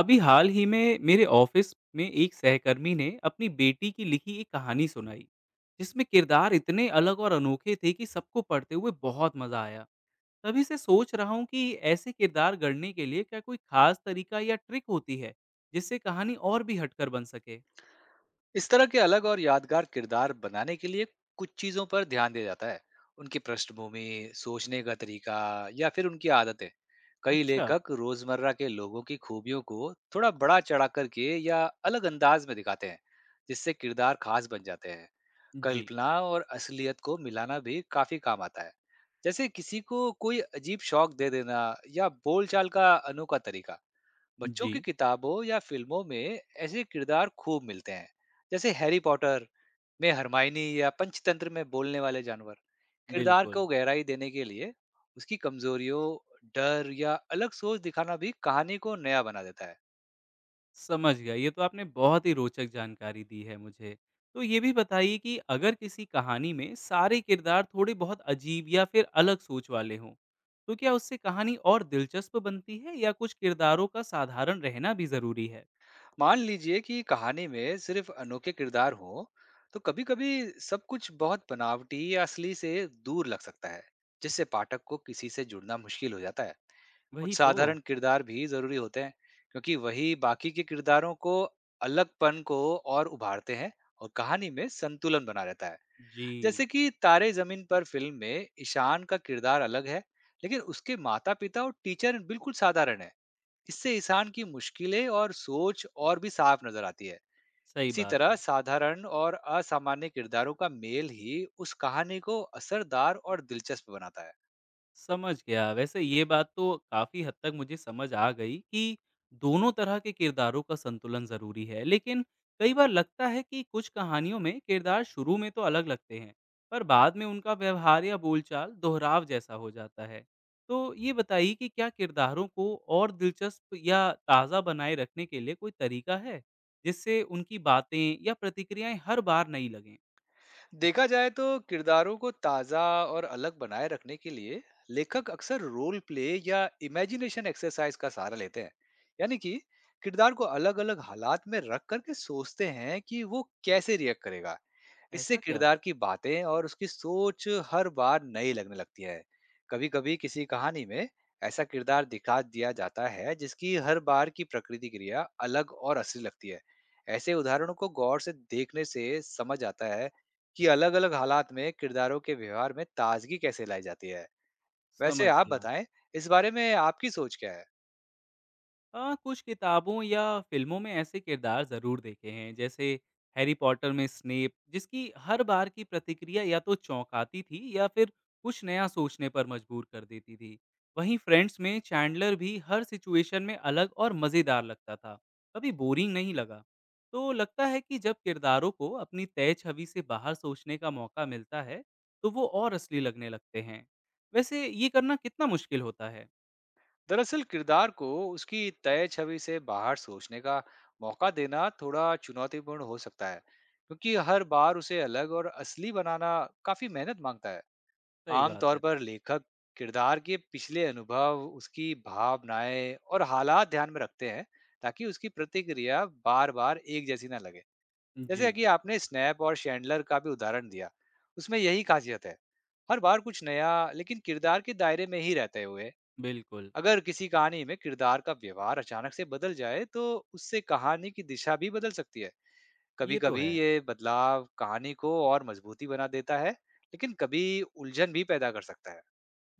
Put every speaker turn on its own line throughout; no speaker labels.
अभी हाल ही में मेरे ऑफिस में एक सहकर्मी ने अपनी बेटी की लिखी एक कहानी सुनाई जिसमें किरदार इतने अलग और अनोखे थे कि सबको पढ़ते हुए बहुत मजा आया। तभी से सोच रहा हूँ कि ऐसे किरदार गढ़ने के लिए क्या कोई खास तरीका या ट्रिक होती है जिससे कहानी और भी हटकर बन सके।
इस तरह के अलग और यादगार किरदार बनाने के लिए कुछ चीजों पर ध्यान दिया जाता है। उनकी पृष्ठभूमि, सोचने का तरीका या फिर उनकी आदतें। कई
अच्छा।
लेखक रोजमर्रा के लोगों की खूबियों को थोड़ा बड़ा चढ़ा करके या अलग अंदाज में दिखाते हैं, जिससे किरदार खास बन जाते हैं।
जी।
कल्पना और असलियत को मिलाना भी काफी काम आता है, जैसे किसी को कोई अजीब शौक दे देना या बोलचाल का अनोखा तरीका। बच्चों
जी।
की किताबों या फिल्मों में ऐसे किरदार खूब मिलते हैं, जैसे हैरी पॉटर में हरमाइनी या पंचतंत्र में बोलने वाले जानवर। किरदार
बिल्कुल।
को गहराई देने के लिए उसकी कमजोरियों, डर या अलग सोच दिखाना भी कहानी को नया बना देता है।
समझ गया। ये तो आपने बहुत ही रोचक जानकारी दी है मुझे। तो ये भी बताइए कि अगर किसी कहानी में सारे किरदार थोड़े बहुत अजीब या फिर अलग सोच वाले हों, तो क्या उससे कहानी और दिलचस्प बनती है या कुछ किरदारों का साधारण रहना भी ज़रूरी है?
मान लीजिए कि कहानी में सिर्फ अनोखे किरदार हो, तो कभी कभी सब कुछ बहुत बनावटी या असली से दूर लग सकता है, जिससे पाठक को किसी से जुड़ना मुश्किल हो जाता है। कुछ
वही तो।
साधारण किरदार भी ज़रूरी होते हैं, क्योंकि वही बाकी के किरदारों को, अलगपन को और उभारते हैं और कहानी में संतुलन बना रहता है।
जी।
जैसे कि तारे ज़मीन पर फ़िल्म में ईशान का किरदार अलग है, लेकिन उसके माता-पिता और टीचर बिल्कुल साधारण हैं। इससे ईशान की मुश्किलें और सोच और भी साफ नज़र आती है।
सही
इसी
बात
तरह
है।
साधारण और असामान्य किरदारों का मेल ही उस कहानी को असरदार और दिलचस्प बनाता है।
समझ गया। वैसे ये बात तो काफ़ी हद तक मुझे समझ आ गई कि दोनों तरह के किरदारों का संतुलन ज़रूरी है। लेकिन कई बार लगता है कि कुछ कहानियों में किरदार शुरू में तो अलग लगते हैं, पर बाद में उनका व्यवहार या बोलचाल दोहराव जैसा हो जाता है। तो ये बताइए कि क्या किरदारों को और दिलचस्प या ताज़ा बनाए रखने के लिए कोई तरीका है, जिससे उनकी बातें या प्रतिक्रियाएँ हर बार नई लगें?
देखा जाए तो किरदारों को ताज़ा और अलग बनाए रखने के लिए लेखक अक्सर रोल प्ले या इमेजिनेशन एक्सरसाइज का सहारा लेते हैं। यानी कि किरदार को अलग अलग हालात में रख करके सोचते हैं कि वो कैसे रिएक्ट करेगा। इससे
ऐसा क्या?
किरदार की बातें और उसकी सोच हर बार नई लगने लगती है। कभी कभी किसी कहानी में ऐसा किरदार दिखा दिया जाता है जिसकी हर बार की प्रकृति क्रिया अलग और असली लगती है। ऐसे उदाहरणों को गौर से देखने से समझ आता है कि अलग अलग हालात में किरदारों के व्यवहार में ताजगी कैसे लाई जाती है। वैसे
समझ
आप
गया।
बताएं, इस बारे में आपकी सोच क्या है।
कुछ किताबों या फ़िल्मों में ऐसे किरदार ज़रूर देखे हैं, जैसे हैरी पॉटर में स्नेप, जिसकी हर बार की प्रतिक्रिया या तो चौंकाती थी या फिर कुछ नया सोचने पर मजबूर कर देती थी। वहीं फ्रेंड्स में चैंडलर भी हर सिचुएशन में अलग और मज़ेदार लगता था, कभी बोरिंग नहीं लगा। तो लगता है कि जब किरदारों को अपनी तय छवि से बाहर सोचने का मौका मिलता है, तो वो और असली लगने लगते हैं। वैसे ये करना कितना मुश्किल होता है?
दरअसल किरदार को उसकी तय छवि से बाहर सोचने का मौका देना थोड़ा चुनौतीपूर्ण हो सकता है, क्योंकि हर बार उसे अलग और असली बनाना काफी मेहनत मांगता है।
सही बात
आमतौर
है।
पर लेखक किरदार के पिछले अनुभव, उसकी भावनाएं और हालात ध्यान में रखते हैं, ताकि उसकी प्रतिक्रिया बार बार एक जैसी ना लगे।
जी।
जैसे कि आपने स्नैप और शैंडलर का भी उदाहरण दिया, उसमें यही खासियत है, हर बार कुछ नया लेकिन किरदार के दायरे में ही रहते हुए।
बिल्कुल।
अगर किसी कहानी में किरदार का व्यवहार अचानक से बदल जाए तो उससे कहानी की दिशा भी बदल सकती है। कभी
ये तो
कभी
है।
ये बदलाव कहानी को और मजबूती बना देता है, लेकिन कभी उलझन भी पैदा कर सकता है।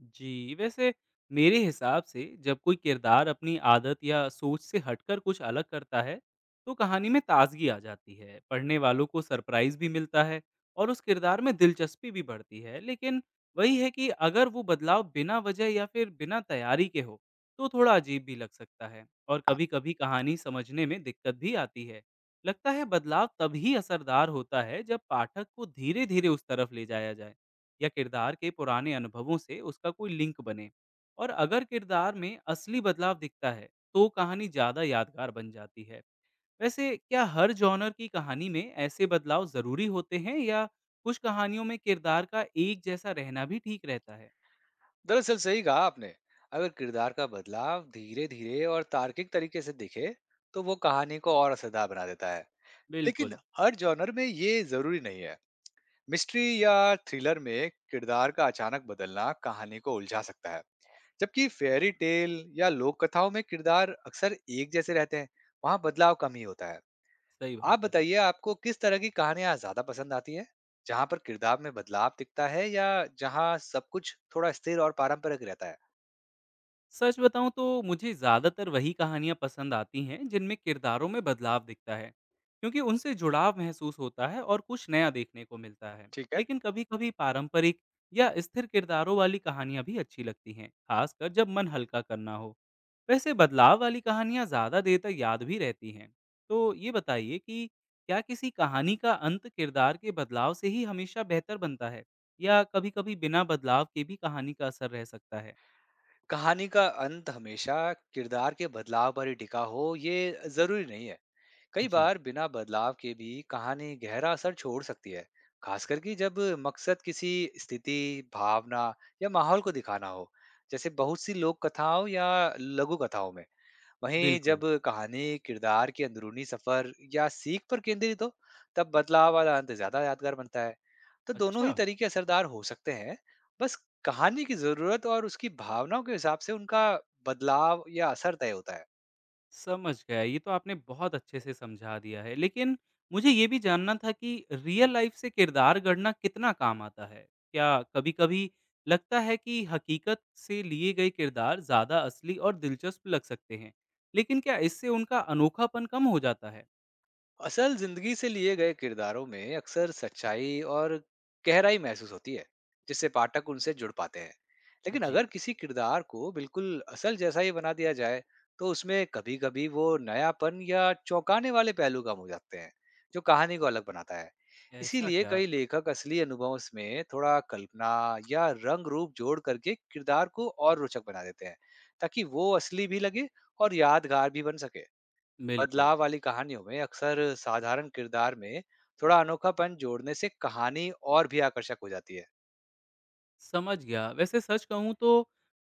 जी, वैसे मेरे हिसाब से जब कोई किरदार अपनी आदत या सोच से हटकर कुछ अलग करता है, तो कहानी में ताज़गी आ जाती है। पढ़ने वालों को सरप्राइज़ भी मिलता है और उस किरदार में दिलचस्पी भी बढ़ती है। लेकिन वही है कि अगर वो बदलाव बिना वजह या फिर बिना तैयारी के हो, तो थोड़ा अजीब भी लग सकता है और कभी-कभी कहानी समझने में दिक्कत भी आती है। लगता है बदलाव तभी असरदार होता है जब पाठक को धीरे-धीरे उस तरफ ले जाया जाए। या किरदार के पुराने अनुभवों से उसका कोई लिंक बने। और अगर किरदार में असली बदलाव दिखता है तो कहानी ज़्यादा यादगार बन जाती है। वैसे क्या हर जॉनर की कहानी में ऐसे बदलाव ज़रूरी होते हैं या कुछ कहानियों में किरदार का एक जैसा रहना भी ठीक रहता है?
दरअसल सही कहा आपने, अगर किरदार का बदलाव धीरे धीरे और तार्किक तरीके से दिखे तो वो कहानी को और असरदार बना देता है। लेकिन
बिल्कुल।
हर जॉनर में ये जरूरी नहीं है। मिस्ट्री या थ्रिलर में किरदार का अचानक बदलना कहानी को उलझा सकता है, जबकि फेयरी टेल या लोक कथाओं में किरदार अक्सर एक जैसे रहते हैं, वहां बदलाव कम ही होता है।
सही
आप
बात है।
बताइए, आपको किस तरह की कहानियां ज्यादा पसंद आती है, जहां पर किरदार में बदलाव दिखता है या जहां सब कुछ थोड़ा स्थिर और पारंपरिक रहता है।
सच बताऊं तो मुझे ज़्यादातर वही कहानियाँ पसंद आती हैं जिनमें किरदारों में बदलाव दिखता है क्योंकि उनसे जुड़ाव महसूस होता है और कुछ नया देखने को मिलता है।
ठीक है।
लेकिन कभी कभी पारंपरिक या स्थिर किरदारों वाली कहानियाँ भी अच्छी लगती हैं, खासकर जब मन हल्का करना हो। वैसे बदलाव वाली कहानियाँ ज़्यादा देर तक याद भी रहती हैं। तो ये बताइए कि क्या किसी कहानी का अंत किरदार के बदलाव से ही हमेशा बेहतर बनता है या कभी कभी बिना बदलाव के भी कहानी का असर रह सकता है?
कहानी का अंत हमेशा किरदार के बदलाव पर ही टिका हो, ये जरूरी नहीं है। कई
जी।
बार बिना बदलाव के भी कहानी गहरा असर छोड़ सकती है, खासकर कि जब मकसद किसी स्थिति, भावना या माहौल को दिखाना हो, जैसे बहुत सी लोक कथाओं या लघु कथाओं में। वहीं जब
बिल्कुल।
कहानी किरदार के अंदरूनी सफर या सीख पर केंद्रित हो, तब बदलाव वाला अंत ज्यादा यादगार बनता है। तो दोनों
अच्छा।
ही तरीके असरदार हो सकते हैं। बस कहानी की जरूरत और उसकी भावनाओं के हिसाब से उनका बदलाव या असर तय होता है।
समझ गया। ये तो आपने बहुत अच्छे से समझा दिया है। लेकिन मुझे ये भी जानना था कि रियल लाइफ़ से किरदार गढ़ना कितना काम आता है? क्या कभी-कभी लगता है कि हकीकत से लिए गए किरदार ज़्यादा असली और दिलचस्प लग सकते हैं, लेकिन क्या इससे उनका अनोखापन कम हो जाता है?
असल जिंदगी से लिए गए किरदारों में अक्सर सच्चाई और गहराई महसूस होती है, जिससे पाठक उनसे जुड़ पाते हैं। लेकिन अगर
जी।
किसी किरदार को बिल्कुल असल जैसा ही बना दिया जाए, तो उसमें कभी कभी वो नयापन या चौंकाने वाले पहलू कम हो जाते हैं जो कहानी को अलग बनाता है।
ऐसा
इसीलिए
क्या?
कई लेखक असली अनुभवों में थोड़ा कल्पना या रंग रूप जोड़ करके किरदार को और रोचक बना देते हैं, ताकि वो असली भी लगे और यादगार भी बन सके।
बिल्कुल।
बदलाव वाली कहानियों में अक्सर साधारण किरदार में थोड़ा अनोखापन जोड़ने से कहानी और भी आकर्षक हो जाती है।
समझ गया। वैसे सच कहूँ तो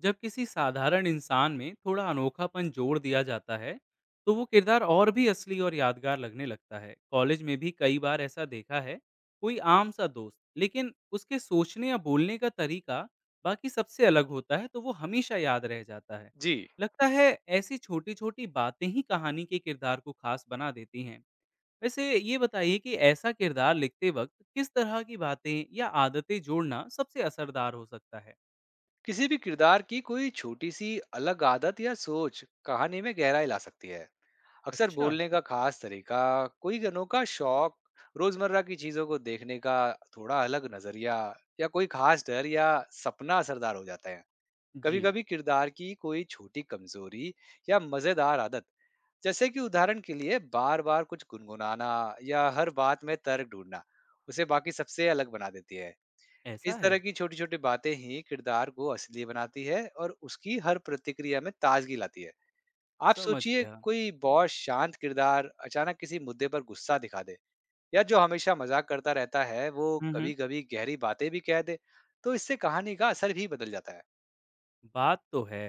जब किसी साधारण इंसान में थोड़ा अनोखापन जोड़ दिया जाता है, तो वो किरदार और भी असली और यादगार लगने लगता है। कॉलेज में भी कई बार ऐसा देखा है, कोई आम सा दोस्त, लेकिन उसके सोचने या बोलने का तरीका बाकी सबसे अलग होता है, तो वो हमेशा याद रह जाता है।
जी,
लगता है ऐसी छोटी-छोटी बातें ही कहानी के किरदार को खास बना देती हैं। वैसे ये बताइए कि ऐसा किरदार लिखते वक्त किस तरह की बातें या आदतें जोड़ना सबसे असरदार हो सकता है?
किसी भी किरदार की कोई छोटी सी अलग आदत या सोच कहानी में गहराई ला सकती है। अक्सर
अच्छा।
बोलने का खास तरीका, कोई अनोखा शौक, रोजमर्रा की चीजों को देखने का थोड़ा अलग नजरिया या कोई खास डर या सपना असरदार हो जाता है।
जी।
कभी कभी किरदार की कोई छोटी कमजोरी या मजेदार आदत, जैसे कि उदाहरण के लिए बार बार कुछ गुनगुनाना या हर बात में तर्क ढूंढना, उसे बाकी सबसे अलग बना देती है।
ऐसा
इस तरह
है।
की छोटी छोटी बातें ही किरदार को असली बनाती है और उसकी हर प्रतिक्रिया में ताजगी लाती है। आप
समझ
सोचिए,
गया।
कोई बहुत शांत किरदार अचानक किसी मुद्दे पर गुस्सा दिखा दे, या जो हमेशा मजाक करता रहता है वो
हम्म।
कभी कभी गहरी बातें भी कह दे, तो इससे कहानी का असर भी बदल जाता है।
बात तो है।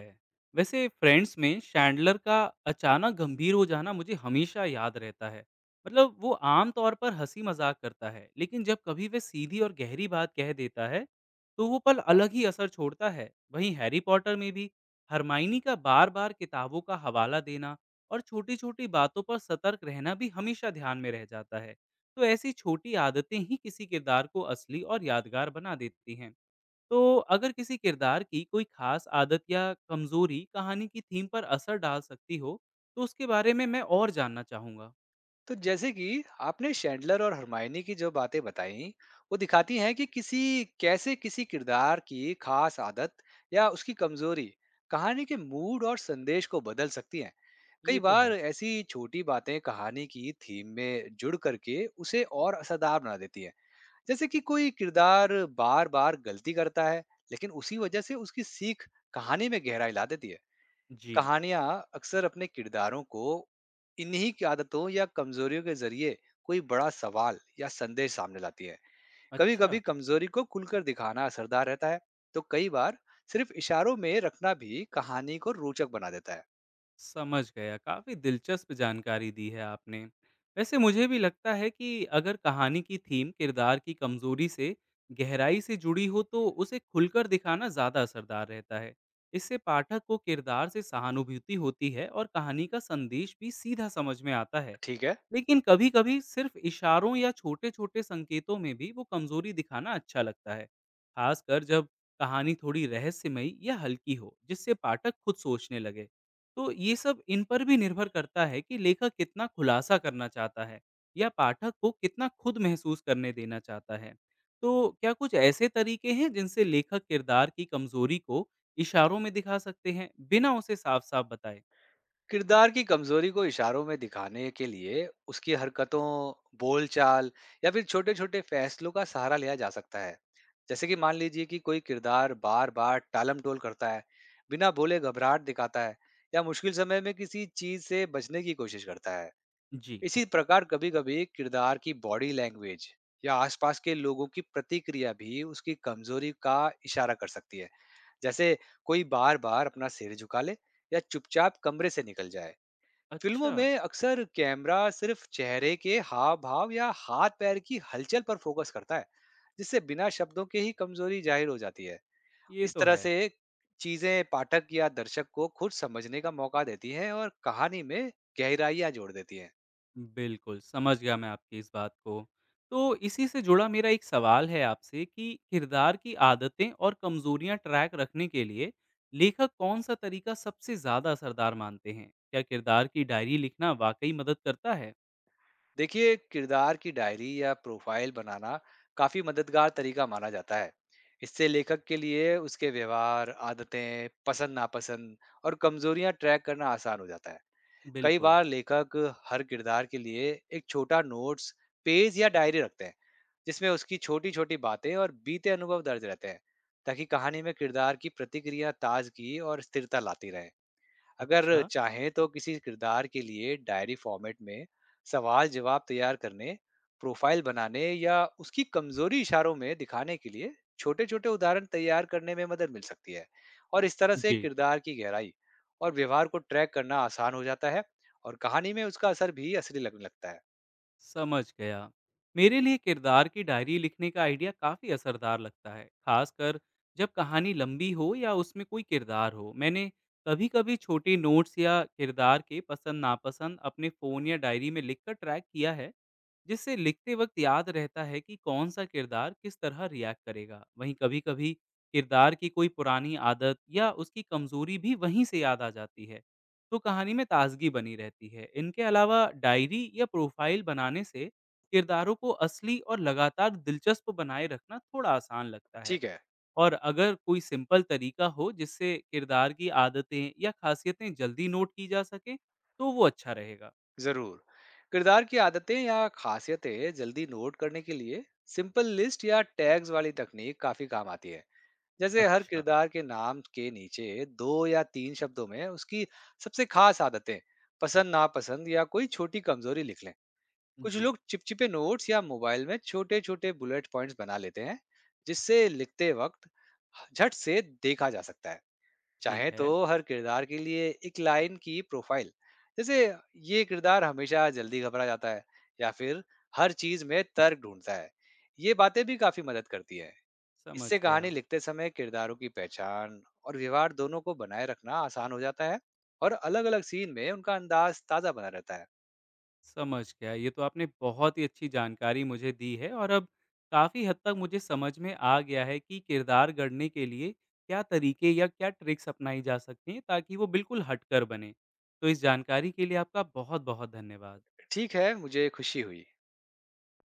वैसे फ्रेंड्स में शैंडलर का अचानक गंभीर हो जाना मुझे हमेशा याद रहता है। मतलब वो आम तौर पर हँसी-मज़ाक करता है, लेकिन जब कभी वह सीधी और गहरी बात कह देता है, तो वो पल अलग ही असर छोड़ता है। वहीं हैरी पॉटर में भी हरमाइनी का बार-बार किताबों का हवाला देना और छोटी-छोटी बातों पर सतर्क रहना भी हमेशा ध्यान में रह जाता है। तो ऐसी छोटी आदतें ही किसी किरदार को असली और यादगार बना देती हैं। तो अगर किसी किरदार की कोई खास आदत या कमजोरी कहानी की थीम पर असर डाल सकती हो, तो उसके बारे में मैं और जानना चाहूंगा।
तो जैसे कि आपने शैंडलर और हरमायनी की जो बातें बताई, वो दिखाती हैं कि किसी, कैसे किसी किरदार की खास आदत या उसकी कमजोरी कहानी के मूड और संदेश को बदल सकती हैं। कई
ये तो
बार
है।
ऐसी छोटी बातें कहानी की थीम में जुड़ करके उसे और असरदार बना देती हैं। जैसे कि कोई किरदार बार बार गलती करता है, लेकिन उसी वजह से उसकी सीख कहानी में गहराई ला देती है।
जी।
कहानियाँ अक्सर अपने किरदारों को इन्हीं की आदतों या कमजोरियों के जरिए कोई बड़ा सवाल या संदेश सामने लाती है। कभी
अच्छा।
कभी कमजोरी को खुलकर दिखाना असरदार रहता है, तो कई बार सिर्फ इशारों में रखना भी कहानी को रोचक बना देता है।
समझ गया। काफी दिलचस्प जानकारी दी है आपने। वैसे मुझे भी लगता है कि अगर कहानी की थीम किरदार की कमजोरी से गहराई से जुड़ी हो तो उसे खुलकर दिखाना ज्यादा असरदार रहता है। इससे पाठक को किरदार से सहानुभूति होती है और कहानी का संदेश भी सीधा समझ में आता है।
ठीक है।
लेकिन कभी-कभी सिर्फ इशारों या छोटे-छोटे संकेतों में भी वो कमजोरी दिखाना अच्छा लगता है, खासकर जब कहानी थोड़ी रहस्यमयी या हल्की हो, जिससे पाठक खुद सोचने लगे। तो ये सब इन पर भी निर्भर करता है कि लेखक कितना खुलासा करना चाहता है या पाठक को कितना खुद महसूस करने देना चाहता है। तो क्या कुछ ऐसे तरीके हैं जिनसे लेखक किरदार की कमजोरी को इशारों में दिखा सकते हैं, बिना उसे साफ-साफ बताए?
किरदार की कमजोरी को इशारों में दिखाने के लिए उसकी हरकतों, बोलचाल या फिर छोटे-छोटे फैसलों का सहारा लिया जा सकता है। जैसे कि मान लीजिए कि कोई किरदार बार-बार टालम-टोल करता है, बिना बोले घबराहट दिखाता है या मुश्किल समय में किसी चीज से बचने की कोशिश करता है।
जी।
इसी प्रकार कभी-कभी किरदार की बॉडी लैंग्वेज या आसपास के लोगों की प्रतिक्रिया भी उसकी कमजोरी का इशारा कर सकती है। जैसे कोई बार-बार अपना सिर झुका ले या चुपचाप कमरे से निकल जाए। फिल्मों
अच्छा।
में अक्सर कैमरा सिर्फ चेहरे के हाव भाव या हाथ पैर की हलचल पर फोकस करता है, जिससे बिना शब्दों के ही कमजोरी जाहिर हो जाती है।
ये
इस
तो
तरह
है।
से चीजें पाठक या दर्शक को खुद समझने का मौका देती हैं और कहानी में गहराइयां जोड़ देती हैं।
बिल्कुल, समझ गया मैं आपकी इस बात को। तो इसी से जुड़ा मेरा एक सवाल है आपसे कि किरदार की आदतें और कमज़ोरियाँ ट्रैक रखने के लिए लेखक कौन-सा तरीका सबसे ज़्यादा असरदार मानते हैं? क्या किरदार की डायरी लिखना वाक़ई मदद करता है?
देखिए, किरदार की डायरी या प्रोफाइल बनाना काफी मददगार तरीका माना जाता है। इससे लेखक के लिए उसके व्यवहार, आदतें, पसंद नापसंद और कमजोरियां ट्रैक करना आसान हो जाता है। कई
बिल्कुल।
बार लेखक हर किरदार के लिए एक छोटा नोट्स पेज या डायरी रखते हैं, जिसमें उसकी छोटी छोटी बातें और बीते अनुभव दर्ज रहते हैं, ताकि कहानी में किरदार की प्रतिक्रिया ताजगी और स्थिरता लाती रहे। अगर
अच्छा।
चाहें तो किसी किरदार के लिए डायरी फॉर्मेट में सवाल जवाब तैयार करने, प्रोफाइल बनाने या उसकी कमजोरी इशारों में दिखाने के लिए छोटे-छोटे उदाहरण तैयार करने में मदद मिल सकती है। और इस तरह से
जी।
किरदार की गहराई और व्यवहार को ट्रैक करना आसान हो जाता है और कहानी में उसका असर भी असली लगने लगता है।
समझ गया। मेरे लिए किरदार की डायरी लिखने का आइडिया काफ़ी असरदार लगता है, खासकर जब कहानी लंबी हो या उसमें कोई किरदार हो। मैंने कभी कभी छोटे नोट्स या किरदार के पसंद नापसंद अपने फ़ोन या डायरी में लिखकर ट्रैक किया है, जिससे लिखते वक्त याद रहता है कि कौन सा किरदार किस तरह रिएक्ट करेगा। वहीं कभी-कभी किरदार की कोई पुरानी आदत या उसकी कमज़ोरी भी वहीं से याद आ जाती है, तो कहानी में ताज़गी बनी रहती है। इनके अलावा डायरी या प्रोफ़ाइल बनाने से किरदारों को असली और लगातार दिलचस्प बनाए रखना थोड़ा आसान लगता है।
ठीक है,
और अगर कोई सिंपल तरीका हो जिससे किरदार की आदतें या ख़ासियतें जल्दी नोट की जा सकें, तो वो अच्छा रहेगा।
ज़रूर। किरदार की आदतें या खासियतें जल्दी नोट करने के लिए सिंपल लिस्ट या टैग्स वाली तकनीक काफ़ी काम आती है। जैसे हर
अच्छा।
किरदार के नाम के नीचे 2 या 3 शब्दों में उसकी सबसे खास आदतें, पसंद नापसंद या कोई छोटी कमजोरी लिख लें। कुछ
जी।
लोग चिपचिपे नोट्स या मोबाइल में छोटे छोटे बुलेट पॉइंट्स बना लेते हैं, जिससे लिखते वक्त झट से देखा जा सकता है।
ठीक
चाहे तो
है।
हर किरदार के लिए एक लाइन की प्रोफाइल, जैसे ये किरदार हमेशा जल्दी घबरा जाता है या फिर हर चीज में तर्क ढूंढता है, ये बातें भी काफी मदद करती है।
समझ
इससे कहानी
गया,
लिखते समय किरदारों की पहचान और व्यवहार दोनों को बनाए रखना आसान हो जाता है और अलग अलग सीन में उनका अंदाज ताज़ा बना रहता है।
समझ गया। ये तो आपने बहुत ही अच्छी जानकारी मुझे दी है और अब काफ़ी हद तक मुझे समझ में आ गया है कि किरदार गढ़ने के लिए क्या तरीके या क्या ट्रिक्स अपनाई जा सकती हैं ताकि वो बिल्कुल हटकर बने। तो इस जानकारी के लिए आपका बहुत-बहुत धन्यवाद।
ठीक है, मुझे खुशी हुई।